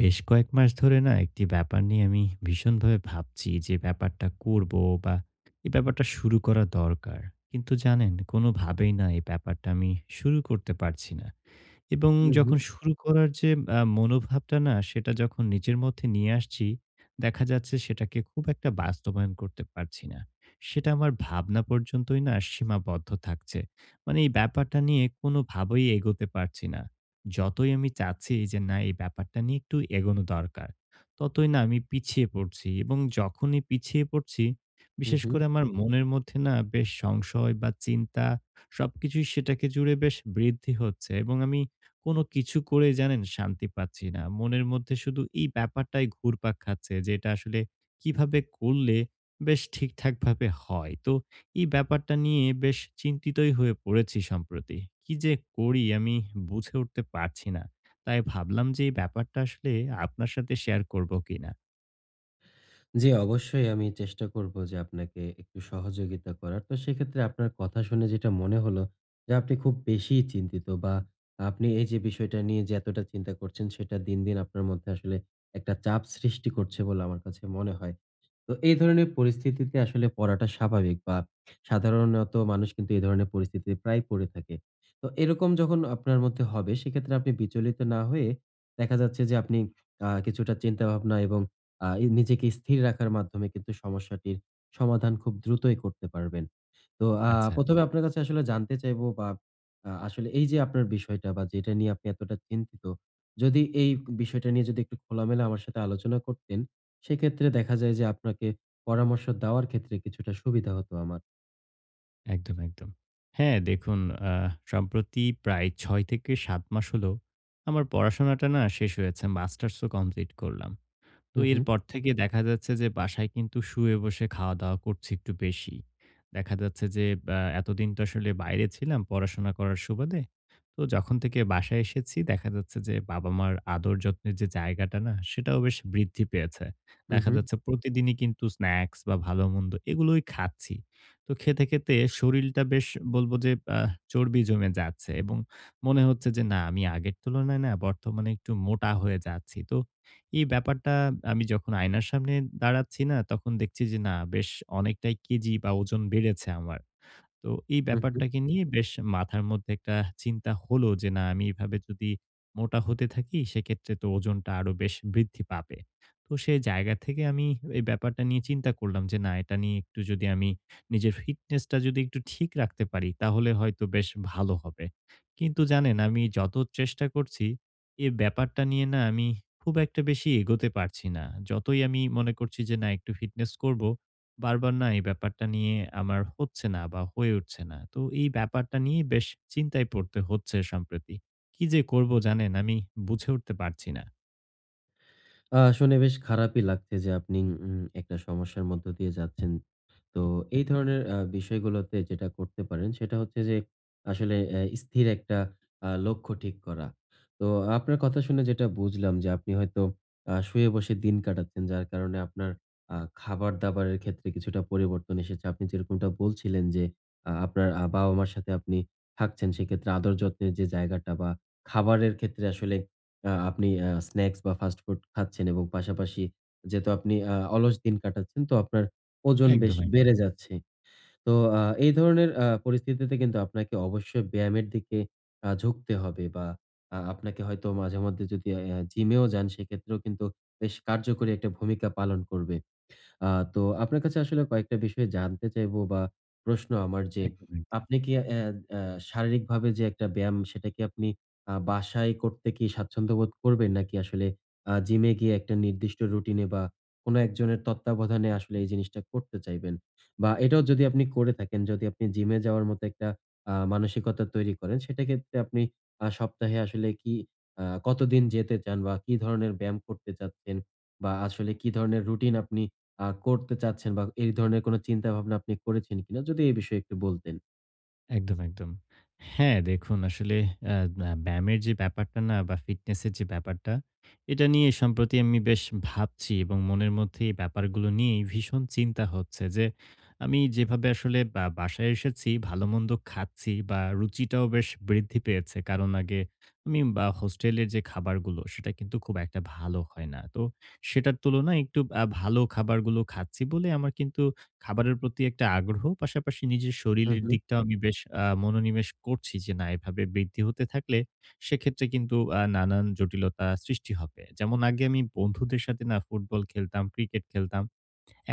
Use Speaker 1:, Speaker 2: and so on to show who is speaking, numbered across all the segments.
Speaker 1: বেশ কয়েক মাস ধরে না একটি ব্যাপার নিয়ে আমি ভীষণভাবে ভাবছি যে ব্যাপারটা করব বা এই ব্যাপারটা শুরু করা দরকার। কিন্তু জানেন কোনোভাবেই না এই ব্যাপারটা আমি শুরু করতে পারছি না। এবং
Speaker 2: হু, হু,
Speaker 1: যখন শুরু করার যে মনোভাবটা না সেটা যখন নিজের মধ্যে নিয়ে আসছি, দেখা যাচ্ছে সেটাকে খুব একটা বাস্তবায়ন করতে পারছি না। সেটা আমার ভাবনা পর্যন্তই না সীমাবদ্ধ থাকছে। মানে এই ব্যাপারটা নিয়ে কোনোভাবেই এগোতে পারছি না। যতই আমি চাচ্ছি যে না এই ব্যাপারটা নিয়ে একটু এগোনো দরকার, ততই না আমি পিছিয়ে পড়ছি এবং যখনই পিছিয়ে পড়ছি,
Speaker 2: হু,
Speaker 1: বিশেষ
Speaker 2: হু।
Speaker 1: করে আমার মনের মধ্যে না বেশ সংশয় বা চিন্তা সবকিছুই সেটাকে জুড়ে বেশ বৃদ্ধি হচ্ছে এবং আমি কোনো কিছু করে জানেন শান্তি পাচ্ছি না। মনের মধ্যে শুধু এই ব্যাপারটাই ঘুরপাক খাচ্ছে যে এটা আসলে কিভাবে করলে বেশ ঠিকঠাকভাবে হয়। তো এই ব্যাপারটা নিয়ে বেশ চিন্তিতই হয়ে পড়েছি সম্প্রতি। কি যে করি আমি বুঝে উঠতে পারছি না। তাই ভাবলাম যে এই ব্যাপারটা আসলে আপনার সাথে শেয়ার করব কিনা?
Speaker 2: জি, অবশ্যই আমি চেষ্টা করব যে আপনাকে একটু সহযোগিতা করার। তো সেক্ষেত্রে আপনার কথা শুনে যেটা মনে হলো যে আপনি খুব বেশিই চিন্তিত, বা আপনি এই যে বিষয়টা নিয়ে যে এতটা চিন্তা করছেন সেটা দিন, দিন আপনার মধ্যে আসলে একটা চাপ সৃষ্টি করছে বলে আমার কাছে মনে হয়। তো এই ধরনের পরিস্থিতিতে আসলে পড়াটা স্বাভাবিক, বা সাধারণত মানুষ কিন্তু এই ধরনের পরিস্থিতিতে প্রায় পড়ে থাকে। তো এরকম যখন আপনার মধ্যে হবে সেক্ষেত্রে আপনি বিচলিত না হয়ে দেখা যাচ্ছে যে আপনি কিছুটা চিন্তাভাবনা এবং এই নিজেকে স্থির রাখার মাধ্যমে কিন্তু সমস্যাটির সমাধান খুব দ্রুতই করতে পারবেন। তো
Speaker 1: আচ্ছা।
Speaker 2: ১ম এ আপনার কাছে আসলে জানতে চাইবো, বা আসলে এই যে আপনার বিষয়টা বা যেটা নিয়ে আপনি এতটা চিন্তিত, যদি এই বিষয়টা নিয়ে যদি একটু খোলামেলা আমার সাথে আলোচনা করতেন সেক্ষেত্রে দেখা যায় যে আপনাকে পরামর্শ দেওয়ার ক্ষেত্রে কিছুটা সুবিধা হতো আমার।
Speaker 1: একদম, একদম। হ্যাঁ, দেখুন, আ সম্প্রতি প্রায় ৬ থেকে ৭ মাস হলো আমার পড়াশোনাটা না শেষ হয়েছে। মাস্টার্সও কমপ্লিট করলাম। তো
Speaker 2: হু, হু।
Speaker 1: এরপর থেকে দেখা যাচ্ছে যে বাসায় কিন্তু শুয়ে বসে খাওয়া-দাওয়া করছি একটু বেশি। দেখা যাচ্ছে যে এতদিন তো আসলে বাইরে ছিলাম পড়াশোনা করার সুবাদে। তো যখন থেকে বাসায় এসেছি দেখা যাচ্ছে যে বাবা-মার আদর যত্নের যে জায়গাটা না সেটাও বেশ বৃদ্ধি পেয়েছে।
Speaker 2: হু,
Speaker 1: দেখা
Speaker 2: হু,
Speaker 1: যাচ্ছে প্রতিদিনই কিন্তু স্ন্যাক্স বা ভালো-মন্দ এগুলোই খাচ্ছি। তো খেতে, খেতে শরীলটা বেশ বলব যে চর্বি জমে যাচ্ছে এবং মনে হচ্ছে যে না আমি আগের তুলনায় না বর্তমানে একটু মোটা হয়ে যাচ্ছি। তো এই ব্যাপারটা আমি যখন আয়নার সামনে দাঁড়াচ্ছি না তখন দেখছি যে না বেশ অনেকটাই কেজি বা ওজন বেড়েছে আমার। তো এই
Speaker 2: হু, হু।
Speaker 1: ব্যাপারটাকে নিয়ে বেশ মাথার মধ্যে একটা চিন্তা হলো যে না আমি এভাবে যদি মোটা হতে থাকি সেক্ষেত্রে তো ওজনটা আরো বেশ বৃদ্ধি পাবে। তো সেই জায়গা থেকে আমি এই ব্যাপারটা নিয়ে চিন্তা করলাম যে না এটা নিয়ে একটু যদি আমি নিজের ফিটনেসটা যদি একটু ঠিক রাখতে পারি তাহলে হয়তো বেশ ভালো হবে। কিন্তু জানেন, আমি যত চেষ্টা করছি এই ব্যাপারটা নিয়ে না আমি খুব একটা বেশি এগোতে পারছি না। যতই আমি মনে করছি যে না একটু ফিটনেস করব, বারবার না এই ব্যাপারটা নিয়ে আমার হচ্ছে না বা হয়ে উঠছে না। তো এই ব্যাপারটা নিয়ে বেশ চিন্তায় পড়তে হচ্ছে সম্প্রতি। কি যে করব জানেন আমি বুঝে উঠতে পারছি না।
Speaker 2: শুনে বেশ খারাপই লাগছে যে আপনি একটা সমস্যার মধ্য দিয়ে যাচ্ছেন। তো এই ধরনের বিষয়গুলোতে যেটা করতে পারেন সেটা হচ্ছে যে আসলে স্থির একটা লক্ষ্য ঠিক করা। তো আপনার কথা শুনে যেটা বুঝলাম যে আপনি হয়তো শুয়ে বসে দিন কাটাচ্ছেন, যার কারণে আপনার খাবার-দাবারের ক্ষেত্রে কিছুটা পরিবর্তন এসেছে। আপনি যেরকমটা বলছিলেন যে আপনার বাবা-মার সাথে আপনি থাকছেন সেক্ষেত্রে আদর যত্নের যে জায়গাটা বা খাবারের ক্ষেত্রে আসলে আপনি স্ন্যাকস বা ফাস্ট ফুড খাচ্ছেন এবং পাশাপাশি যেহেতু আপনি অলস দিন কাটাচ্ছেন তো আপনার ওজন বেশ
Speaker 1: একদম, একদম,
Speaker 2: বেড়ে যাচ্ছে। তো এই ধরনের পরিস্থিতিতে কিন্তু আপনাকে অবশ্যই ব্যায়ামের দিকে ঝুঁকতে হবে, বা আপনাকে হয়তো মাঝেমধ্যে যদি জিমেও যান সেক্ষেত্রেও কিন্তু বেশ কার্যকরী একটা ভূমিকা পালন করবে। আ তো আপনার কাছে আসলে কয়েকটা বিষয় জানতে চাইবো, বা প্রশ্ন আমার যে,
Speaker 1: একদম, একদম।
Speaker 2: আপনি কি অ্যা অ্যা শারীরিকভাবে যে একটা ব্যায়াম সেটা কি আপনি বাসায় করতে কি স্বাচ্ছন্দ্য বোধ করবেন? নাকি আসলে জিমে গিয়ে একটা নির্দিষ্ট রুটিনে বা কোন একজনের তত্ত্বাবধানে আসলে এই জিনিসটা করতে চাইবেন? বা এটাও যদি আপনি করে থাকেন, যদি আপনি জিমে যাওয়ার মতো একটা মানসিকতা তৈরি করেন, সেটাক্ষেত্রে আপনি সপ্তাহে আসলে কি কতদিন যেতে চান, বা কি ধরনের ব্যায়াম করতে চাচ্ছেন? বা আসলে কি ধরনের রুটিন আপনি করতে চাচ্ছেন, বা এই ধরনের কোন চিন্তাভাবনা আপনি করেছেন কিনা? যদি এই বিষয়ে একটু বলতেন।
Speaker 1: একদম, একদম। হ্যাঁ, দেখুন আসলে আ আ ব্যায়ামের যে ব্যাপারটা না বা ফিটনেসের যে ব্যাপারটা, এটা নিয়ে সম্প্রতি আমি বেশ ভাবছি এবং মনের মধ্যে এই ব্যাপারগুলো নিয়েই ভীষণ চিন্তা হচ্ছে যে, আমি যেভাবে আসলে বা বাসায় এসেছি ভালোমন্দ খাচ্ছি বা রুচিটাও বেশ বৃদ্ধি পেয়েছে। কারণ আগে আমি বা হোস্টেলের যে খাবারগুলো সেটা কিন্তু খুব একটা ভালো হয় না। তো সেটার তুলনায় একটু ভালো খাবারগুলো খাচ্ছি বলে আমার কিন্তু খাবারের প্রতি একটা আগ্রহ, পাশাপাশি নিজের
Speaker 2: হুম,
Speaker 1: শরীরের
Speaker 2: হুম।
Speaker 1: দিকটাও আমি বেশ মনোনিবেশ করছি যে না এভাবে বৃদ্ধি হতে থাকলে সেক্ষেত্রে কিন্তু নানান জটিলতা সৃষ্টি হবে। যেমন আগে আমি বন্ধুদের সাথে না ফুটবল খেলতাম, ক্রিকেট খেলতাম।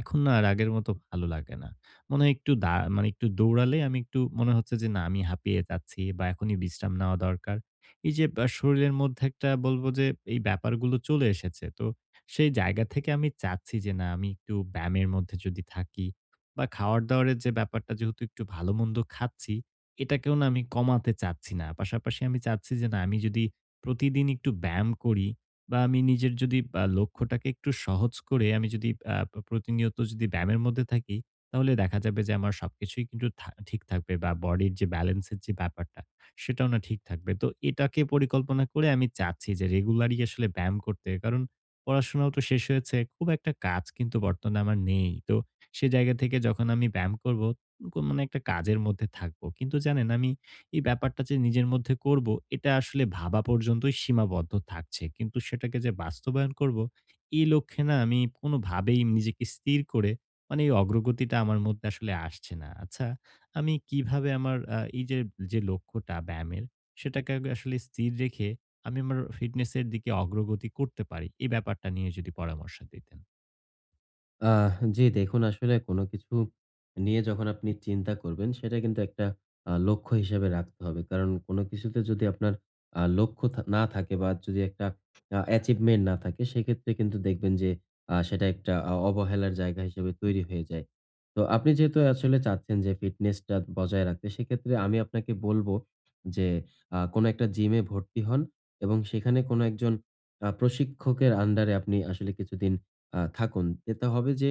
Speaker 1: এখন না আর আগের মতো ভালো লাগে না। মনে হয় একটু মানে একটু দৌড়ালে আমি একটু মনে হচ্ছে যে, না আমি হাঁপিয়ে যাচ্ছি বা এখনই বিশ্রাম নেওয়া দরকার। এই যে শরীরের মধ্যে একটা বলব যে এই ব্যাপারগুলো চলে এসেছে। তো সেই জায়গা থেকে আমি চাচ্ছি যে না আমি একটু ব্যায়ামের মধ্যে যদি থাকি বা খাওয়ার-দাওয়ার যে ব্যাপারটা যেহেতু একটু ভালো-মন্দ খাচ্ছি, এটাকেও না আমি কমাতে চাচ্ছি না। পাশাপাশি আমি চাচ্ছি যে না আমি যদি প্রতিদিন একটু ব্যায়াম করি বা আমি নিজের যদি লক্ষ্যটাকে একটু সহজ করে আমি যদি আ প্রতিনিয়ত যদি ব্যায়ামের মধ্যে থাকি, তাহলে দেখা যাবে যে আমার সবকিছুই কিন্তু ঠিক থাকবে বা বডির যে ব্যালেন্স এর যে ব্যাপারটা, সেটাও না ঠিক থাকবে। তো এটাকে পরিকল্পনা করে আমি চাচ্ছি যে রেগুলারই আসলে ব্যায়াম করতে। কারণ পড়াশোনাও তো শেষ হয়েছে। খুব একটা কাজ কিন্তু বর্তমানে আমার নেই। তো সে জায়গা থেকে যখন আমি ব্যায়াম করব, কোন মানে একটা কাজের মধ্যে থাকবো। কিন্তু জানেন, আমি এই ব্যাপারটা যে নিজের মধ্যে করব, এটা আসলে ভাবা পর্যন্তই সীমাবদ্ধ থাকছে। কিন্তু সেটাকে যে বাস্তবায়ন করব, এই লক্ষ্যে না আমি কোনোভাবেই নিজেকে স্থির করে মানে এই অগ্রগতিটা আমার মধ্যে আসলে আসছে না। আচ্ছা, আমি কিভাবে আমার এই যে, যে লক্ষ্যটা ব্যায়ামের, সেটাকে আগে আসলে স্থির রেখে আমি আমার ফিটনেস এর দিকে অগ্রগতি করতে পারি? এই ব্যাপারটা নিয়ে যদি পরামর্শ দিতেন।
Speaker 2: জি, দেখুন আসলে কোনো কিছু নিয়ে যখন আপনি চিন্তা করবেন সেটা কিন্তু একটা লক্ষ্য হিসেবে রাখতে হবে, কারণ কোনো কিছুতে যদি আপনার লক্ষ্য না থাকে, বা যদি একটা অ্যাচিভমেন্ট না থাকে সেক্ষেত্রে কিন্তু দেখবেন যে সেটা একটা অবহেলার জায়গা হিসেবে তৈরি হয়ে যায়। তো আপনি যেহেতু আসলে চাচ্ছেন যে ফিটনেসটা বজায় রাখতে সেক্ষেত্রে আমি আপনাকে বলবো যে কোনো একটা জিমে ভর্তি হন এবং সেখানে কোনো একজন প্রশিক্ষকের আন্ডারে আপনি আসলে কিছুদিন থাকুন। এতে হবে যে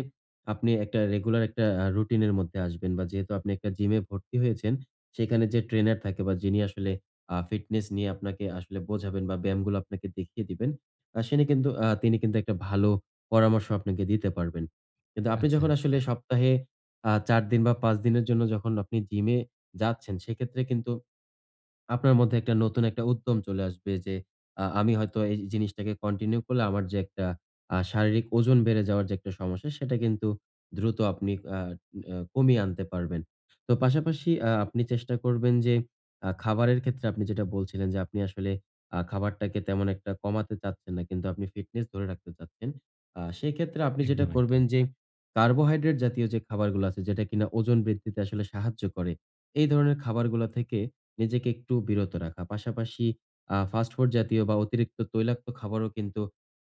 Speaker 2: আপনি একটা রেগুলার একটা রুটিনের মধ্যে আসবেন, বা যেহেতু আপনি একটা জিমে ভর্তি হয়েছেন, সেখানে যে ট্রেনার থাকে বা যিনি আসলে ফিটনেস নিয়ে আপনাকে আসলে বোঝাবেন বা ব্যায়ামগুলো আপনাকে দেখিয়ে দিবেন, আ সেনি কিন্তু আ তিনি কিন্তু একটা ভালো পরামর্শ আপনাকে দিতে পারবেন। কিন্তু আপনি
Speaker 1: আচ্ছা,
Speaker 2: যখন আসলে
Speaker 1: আচ্ছা।
Speaker 2: সপ্তাহে ৪ দিন বা ৫ দিনের জন্য যখন আপনি জিমে যাচ্ছেন, সেক্ষেত্রে কিন্তু আপনার মধ্যে একটা নতুন একটা উদ্যম চলে আসবে যে আমি হয়তো এই জিনিসটাকে কন্টিনিউ করলে আমার যে একটা শারীরিক ওজন বেড়ে যাওয়ার যে একটা সমস্যা সেটা কিন্তু দ্রুত আপনি আ আ কমিয়ে আনতে পারবেন। তো পাশাপাশি আপনি চেষ্টা করবেন যে খাবারের ক্ষেত্রে আপনি যেটা বলছিলেন যে আপনি আসলে খাবারটাকে তেমন একটা কমাতে চাচ্ছেন না, কিন্তু আপনি ফিটনেস ধরে রাখতে চাচ্ছেন। সেক্ষেত্রে আপনি যেটা
Speaker 1: একদম,
Speaker 2: করবেন
Speaker 1: একদম।
Speaker 2: যে কার্বোহাইড্রেট জাতীয় যে খাবারগুলো আছে যেটা কিনা ওজন বৃদ্ধিতে আসলে সাহায্য করে, এই ধরনের খাবারগুলা থেকে নিজেকে একটু বিরত রাখা। পাশাপাশি ফাস্ট ফুড জাতীয় বা অতিরিক্ত তৈলাক্ত খাবারও কিন্তু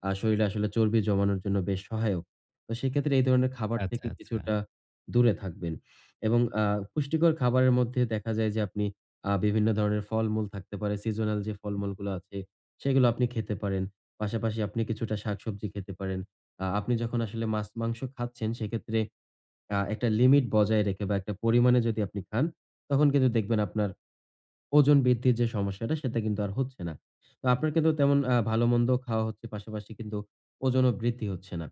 Speaker 2: শরীরে আসলে চর্বি জমানোর জন্য বেশ সহায়ক। তো সেক্ষেত্রে এই ধরনের খাবার
Speaker 1: আচ্ছা,
Speaker 2: থেকে
Speaker 1: আচ্ছা।
Speaker 2: কিছুটা দূরে থাকবেন, এবং পুষ্টিকর খাবারের মধ্যে দেখা যায় যে আপনি বিভিন্ন ধরনের ফলমূল থাকতে পারে। সিজনাল যে ফলমূলগুলো আছে সেগুলো আপনি খেতে পারেন। পাশাপাশি আপনি কিছুটা শাকসবজি খেতে পারেন। আপনি যখন আসলে মাছ, মাংস খাচ্ছেন সেক্ষেত্রে একটা লিমিট বজায় রেখে বা একটা পরিমাণে যদি আপনি খান তখন কিন্তু দেখবেন আপনার ওজন বৃদ্ধির যে সমস্যাটা সেটা কিন্তু আর হচ্ছে না। তো আপনার কিন্তু তেমন ভালো-মন্দ খাওয়া হচ্ছে, পাশাপাশি কিন্তু ওজনও বৃদ্ধি হচ্ছে না।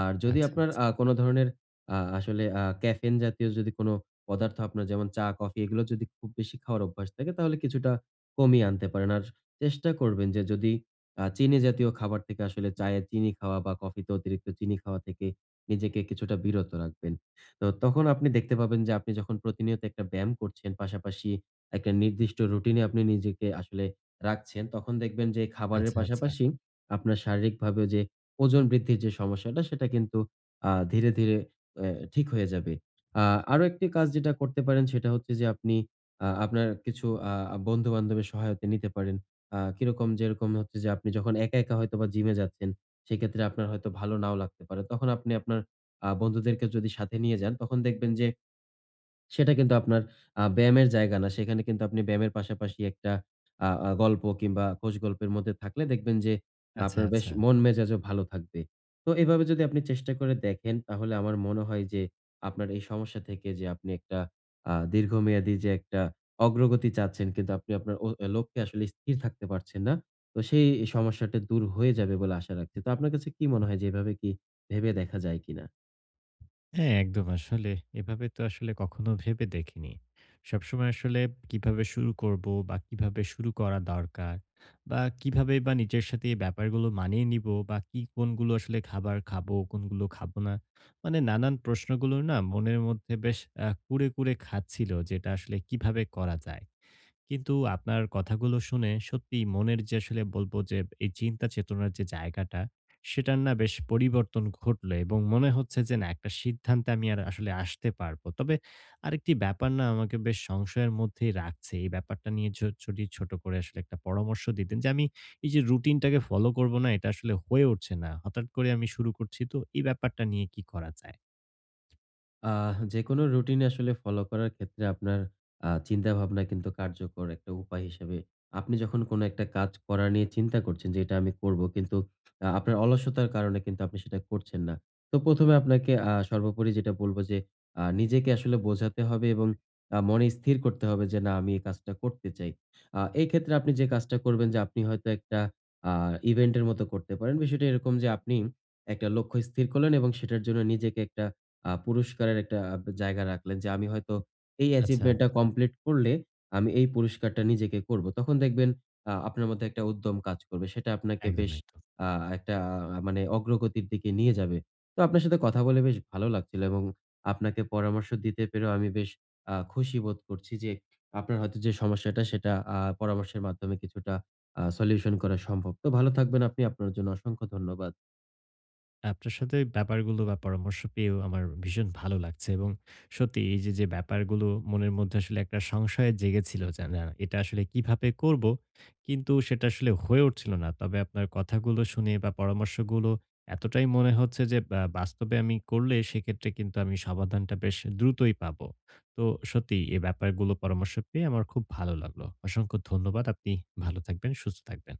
Speaker 2: আর যদি
Speaker 1: আচ্ছা,
Speaker 2: আপনার
Speaker 1: আচ্ছা।
Speaker 2: কোনো ধরনের আসলে ক্যাফেইন জাতীয় যদি কোনো পদার্থ আপনার যেমন চা, কফি এগুলো যদি খুব বেশি খাওয়ার অভ্যাস থাকে তাহলে কিছুটা কমিয়ে আনতে পারেন। আর চেষ্টা করবেন যে যদি চিনি জাতীয় খাবার থেকে আসলে চায়ে চিনি খাওয়া বা কফিতে অতিরিক্ত চিনি খাওয়া থেকে নিজেকে কিছুটা বিরত রাখবেন। তো তখন আপনি দেখতে পাবেন যে আপনি যখন প্রতিনিয়ত একটা ব্যায়াম করছেন পাশাপাশি একটা নির্দিষ্ট রুটিনে আপনি নিজেকে আসলে রাখছেন, তখন দেখবেন যে খাবারের
Speaker 1: আচ্ছা, আচ্ছা।
Speaker 2: পাশাপাশি আপনার শারীরিকভাবেও যে ওজন বৃদ্ধির যে সমস্যাটা সেটা কিন্তু ধীরে, ধীরে এ ঠিক হয়ে যাবে। আ আরো একটি কাজ যেটা করতে পারেন সেটা হচ্ছে যে আপনি আপনার কিছু বন্ধু-বান্ধবের সহায়তা নিতে পারেন। কিরকম যেরকম হচ্ছে যে আপনি যখন একা, একা হয়তোবা জিমে যাচ্ছেন সেক্ষেত্রে আপনার হয়তো ভালো নাও লাগতে পারে। তখন আপনি আপনার বন্ধুদেরকে যদি সাথে নিয়ে যান তখন দেখবেন যে সেটা কিন্তু আপনার ব্যায়ামের জায়গা না। সেখানে কিন্তু আপনি ব্যায়ামের পাশাপাশি একটা আ আ গল্প কিংবা খোশগল্পের মধ্যে থাকলে দেখবেন যে
Speaker 1: আচ্ছা,
Speaker 2: আপনার বেশ
Speaker 1: আচ্ছা।
Speaker 2: মন মেজাজও ভালো থাকবে। তো এভাবে যদি আপনি চেষ্টা করে দেখেন তাহলে আমার মনে হয় যে আপনার এই সমস্যা থেকে যে আপনি একটা দীর্ঘমেয়াদী যে একটা অগ্রগতি চাচ্ছেন, কিন্তু আপনি আপনার ও লক্ষ্যে আসলে স্থির থাকতে পারছেন না। তো সেই সমস্যাটা দূর হয়ে যাবে বলে আশা রাখছি। তো আপনার কাছে কি মনে হয় যে এভাবে কি ভেবে দেখা যায় কিনা?
Speaker 1: হ্যাঁ, একদম আসলে এভাবে তো আসলে কখনো ভেবে দেখিনি। সবসময় আসলে কিভাবে শুরু করব বা কিভাবে শুরু করা দরকার বা কিভাবেই বা নিজের সাথে এই ব্যাপারগুলো মানিয়ে নিব বা কি কোনগুলো আসলে খাবার খাবো, কোনগুলো খাবো না। মানে নানান প্রশ্নগুলো না মনের মধ্যে বেশ কুরে, কুরে খাচ্ছিল যেটা আসলে কিভাবে করা যায়। কিন্তু আপনার কথাগুলো শুনে সত্যিই মনের যে আসলে বলব যে এই চিন্তা চেতনার যে জায়গাটা সেটার না বেশ পরিবর্তন ঘটলো এবং মনে হচ্ছে যে না একটা সিদ্ধান্তে আমি আর আসলে আসতে পারবো। তবে আরেকটি ব্যাপার না আমাকে বেশ সংশয়ের মধ্যেই রাখছে। এই ব্যাপারটা নিয়ে যদি ছোট করে আসলে একটা পরামর্শ দিতেন যে আমি এই যে রুটিনটাকে ফলো করব না এটা আসলে হয়ে উঠছে না। হঠাৎ করে আমি শুরু করছি তো এই ব্যাপারটা নিয়ে কি করা যায়?
Speaker 2: যেকোনো রুটিন আসলে ফলো করার ক্ষেত্রে আপনার চিন্তাভাবনা কিন্তু কার্যকর একটা উপায় হিসেবে আপনি যখন কোনো একটা কাজ করা নিয়ে চিন্তা করছেন যে এটা আমি করব, কিন্তু আপনার অলসতার কারণে কিন্তু আপনি সেটা করছেন না। তো প্রথমে আপনাকে সর্বোপরি যেটা বলবো যে নিজেকে আসলে বোঝাতে হবে এবং মনে স্থির করতে হবে যে না আমি এই কাজটা করতে চাই। এই ক্ষেত্রে আপনি যে কাজটা করবেন যে আপনি হয়তো একটা ইভেন্টের মতো করতে পারেন, বিষয়টা এরকম যে আপনি একটা লক্ষ্য স্থির করলেন এবং সেটার জন্য নিজেকে একটা পুরস্কারের একটা জায়গা রাখলেন যে, আমি হয়তো এই
Speaker 1: আচ্ছা,
Speaker 2: অ্যাচিভমেন্টটা
Speaker 1: আচ্ছা।
Speaker 2: কমপ্লিট করলে আমি এই পুরস্কারটা নিজেকে করব। তখন দেখবেন আপনার মধ্যে একটা উদ্যম কাজ করবে। সেটা আপনাকে
Speaker 1: একদম,
Speaker 2: বেশ
Speaker 1: একদম।
Speaker 2: আ একটা মানে অগ্রগতির দিকে নিয়ে যাবে। তো আপনার সাথে কথা বলে বেশ ভালো লাগছিল এবং আপনাকে পরামর্শ দিতে পেরেও আমি বেশ খুশি বোধ করছি যে, আপনার হয়তো যে সমস্যাটা সেটা পরামর্শের মাধ্যমে কিছুটা সলিউশন করা সম্ভব। তো ভালো থাকবেন আপনি। আপনার জন্য অসংখ্য ধন্যবাদ।
Speaker 1: আপনার সাথে এই ব্যাপারগুলো বা পরামর্শ পেয়েও আমার ভীষণ ভালো লাগছে এবং সত্যি এই যে, যে ব্যাপারগুলো মনের মধ্যে আসলে একটা সংশয় জেগেছিল যে না এটা আসলে কিভাবে করব? কিন্তু সেটা আসলে হয়ে উঠছিল না। তবে আপনার কথাগুলো শুনে বা পরামর্শগুলো এতটাই মনে হচ্ছে যে বা বাস্তবে আমি করলে সেক্ষেত্রে কিন্তু আমি সমাধানটা বেশ দ্রুতই পাবো। তো সত্যি এই ব্যাপারগুলো পরামর্শ পেয়ে আমার খুব ভালো লাগলো। অসংখ্য ধন্যবাদ। আপনি ভালো থাকবেন, সুস্থ থাকবেন।